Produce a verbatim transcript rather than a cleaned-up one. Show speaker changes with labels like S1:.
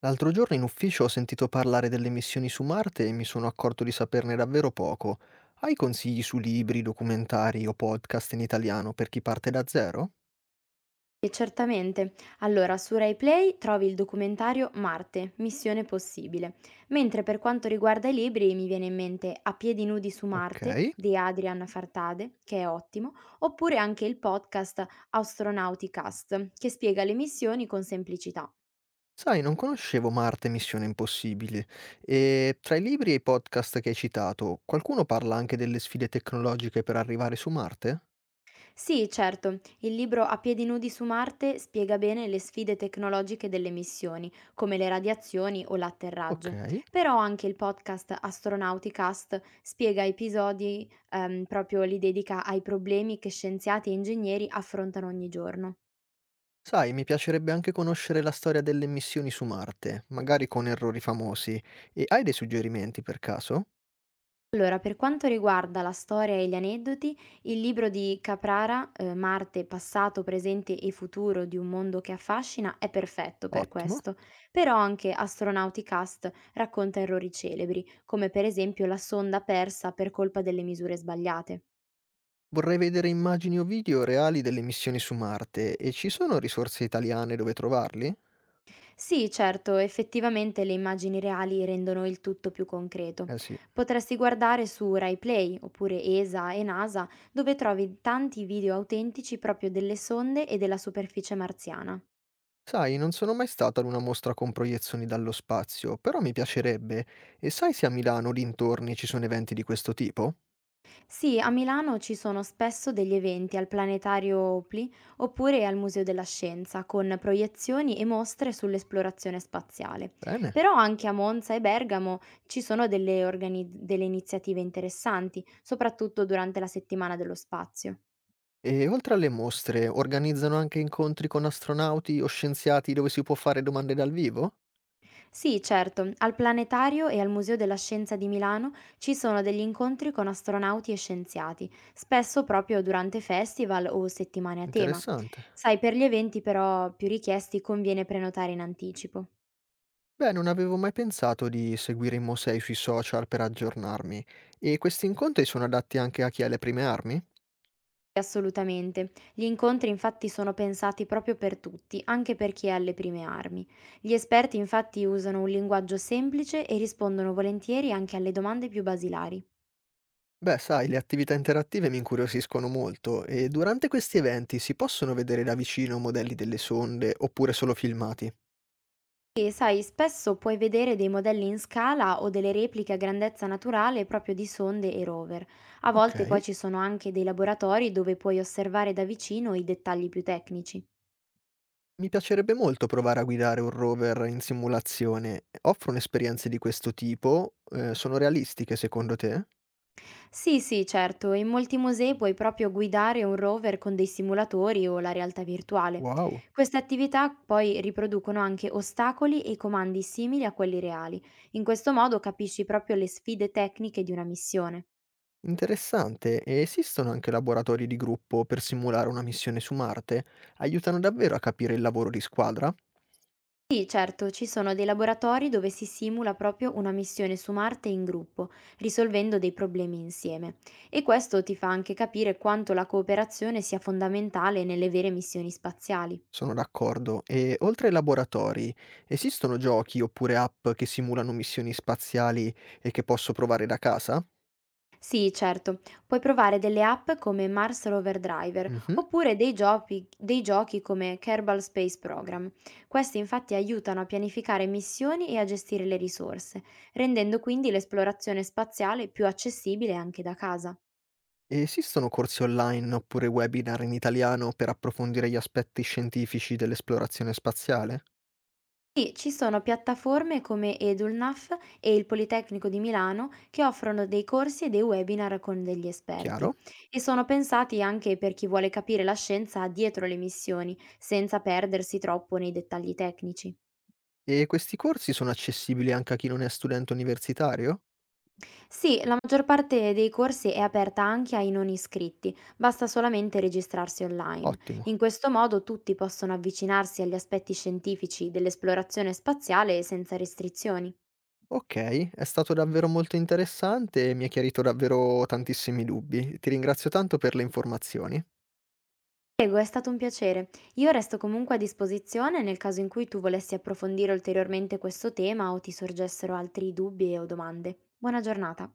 S1: L'altro giorno in ufficio ho sentito parlare delle missioni su Marte e mi sono accorto di saperne davvero poco. Hai consigli su libri, documentari o podcast in italiano per chi parte da zero?
S2: E certamente. Allora, su RaiPlay trovi il documentario Marte, Missione possibile, mentre per quanto riguarda i libri mi viene in mente A piedi nudi su
S1: Ok.
S2: Marte di Adrian Fartade, che è ottimo, oppure anche il podcast Astronauticast, che spiega le missioni con semplicità.
S1: Sai, non conoscevo Marte e Missione Impossibile. E tra i libri e i podcast che hai citato, qualcuno parla anche delle sfide tecnologiche per arrivare su Marte?
S2: Sì, certo, il libro A piedi nudi su Marte spiega bene le sfide tecnologiche delle missioni, come le radiazioni o
S1: Ok.
S2: l'atterraggio. Però anche il podcast Astronauticast spiega episodi ehm, proprio li dedica ai problemi che scienziati e ingegneri affrontano ogni giorno.
S1: Sai, mi piacerebbe anche conoscere la storia delle missioni su Marte, magari con errori famosi. E hai dei suggerimenti per caso?
S2: Allora, per quanto riguarda la storia e gli aneddoti, il libro di Caprara, eh, Marte, passato, presente e futuro di un mondo che affascina, è perfetto per
S1: Ottimo.
S2: questo. Però anche Astronauticast racconta errori celebri, come per esempio la sonda persa per colpa delle misure sbagliate.
S1: Vorrei vedere immagini o video reali delle missioni su Marte e ci sono risorse italiane dove trovarli?
S2: Sì, certo, effettivamente le immagini reali rendono il tutto più concreto.
S1: Eh sì.
S2: Potresti guardare su RaiPlay oppure E S A e N A S A, dove trovi tanti video autentici proprio delle sonde e della superficie marziana.
S1: Sai, non sono mai stato ad una mostra con proiezioni dallo spazio, però mi piacerebbe. E sai se a Milano o dintorni ci sono eventi di questo tipo?
S2: Sì, a Milano ci sono spesso degli eventi al Planetario Opli oppure al Museo della Scienza con proiezioni e mostre sull'esplorazione spaziale.
S1: Bene.
S2: Però anche a Monza e Bergamo ci sono delle, organi- delle iniziative interessanti, soprattutto durante la settimana dello spazio.
S1: E oltre alle mostre, organizzano anche incontri con astronauti o scienziati dove si può fare domande dal vivo?
S2: Sì, certo, al Planetario e al Museo della Scienza di Milano ci sono degli incontri con astronauti e scienziati, spesso proprio durante festival o settimane a tema.
S1: Interessante.
S2: Sai, per gli eventi però più richiesti conviene prenotare in anticipo.
S1: Beh, non avevo mai pensato di seguire i musei sui social per aggiornarmi. E questi incontri sono adatti anche a chi ha le prime armi?
S2: Assolutamente. Gli incontri infatti sono pensati proprio per tutti, anche per chi è alle prime armi. Gli esperti infatti usano un linguaggio semplice e rispondono volentieri anche alle domande più basilari.
S1: Beh, sai, le attività interattive mi incuriosiscono molto e durante questi eventi si possono vedere da vicino modelli delle sonde oppure solo filmati?
S2: E sai, spesso puoi vedere dei modelli in scala o delle repliche a grandezza naturale proprio di sonde e rover. A
S1: Ok.
S2: volte poi ci sono anche dei laboratori dove puoi osservare da vicino i dettagli più tecnici.
S1: Mi piacerebbe molto provare a guidare un rover in simulazione. Offrono esperienze di questo tipo? Eh, sono realistiche secondo te?
S2: Sì, sì, certo, in molti musei puoi proprio guidare un rover con dei simulatori o la realtà virtuale.
S1: Wow,
S2: Queste attività poi riproducono anche ostacoli e comandi simili a quelli reali. In questo modo capisci proprio le sfide tecniche di una missione.
S1: interessante. E esistono anche laboratori di gruppo per simulare una missione su Marte? Aiutano davvero a capire il lavoro di squadra?
S2: Sì, certo, ci sono dei laboratori dove si simula proprio una missione su Marte in gruppo, risolvendo dei problemi insieme. E questo ti fa anche capire quanto la cooperazione sia fondamentale nelle vere missioni spaziali.
S1: Sono d'accordo. E oltre ai laboratori, esistono giochi oppure app che simulano missioni spaziali e che posso provare da casa?
S2: Sì, certo, puoi provare delle app come Mars Rover Driver
S1: Mhm.
S2: oppure dei giochi, dei giochi come Kerbal Space Program. Questi infatti aiutano a pianificare missioni e a gestire le risorse, rendendo quindi l'esplorazione spaziale più accessibile anche da casa.
S1: E esistono corsi online oppure webinar in italiano per approfondire gli aspetti scientifici dell'esplorazione spaziale?
S2: Sì, ci sono piattaforme come Edulnaf e il Politecnico di Milano che offrono dei corsi e dei webinar con degli
S1: Chiaro.
S2: esperti e sono pensati anche per chi vuole capire la scienza dietro le missioni, senza perdersi troppo nei dettagli tecnici.
S1: E questi corsi sono accessibili anche a chi non è studente universitario?
S2: Sì, la maggior parte dei corsi è aperta anche ai non iscritti, basta solamente registrarsi online.
S1: Ottimo.
S2: In questo modo tutti possono avvicinarsi agli aspetti scientifici dell'esplorazione spaziale senza restrizioni.
S1: Ok, è stato davvero molto interessante e mi ha chiarito davvero tantissimi dubbi. Ti ringrazio tanto per le informazioni.
S2: Prego, è stato un piacere. Io resto comunque a disposizione nel caso in cui tu volessi approfondire ulteriormente questo tema o ti sorgessero altri dubbi o domande. Buona giornata.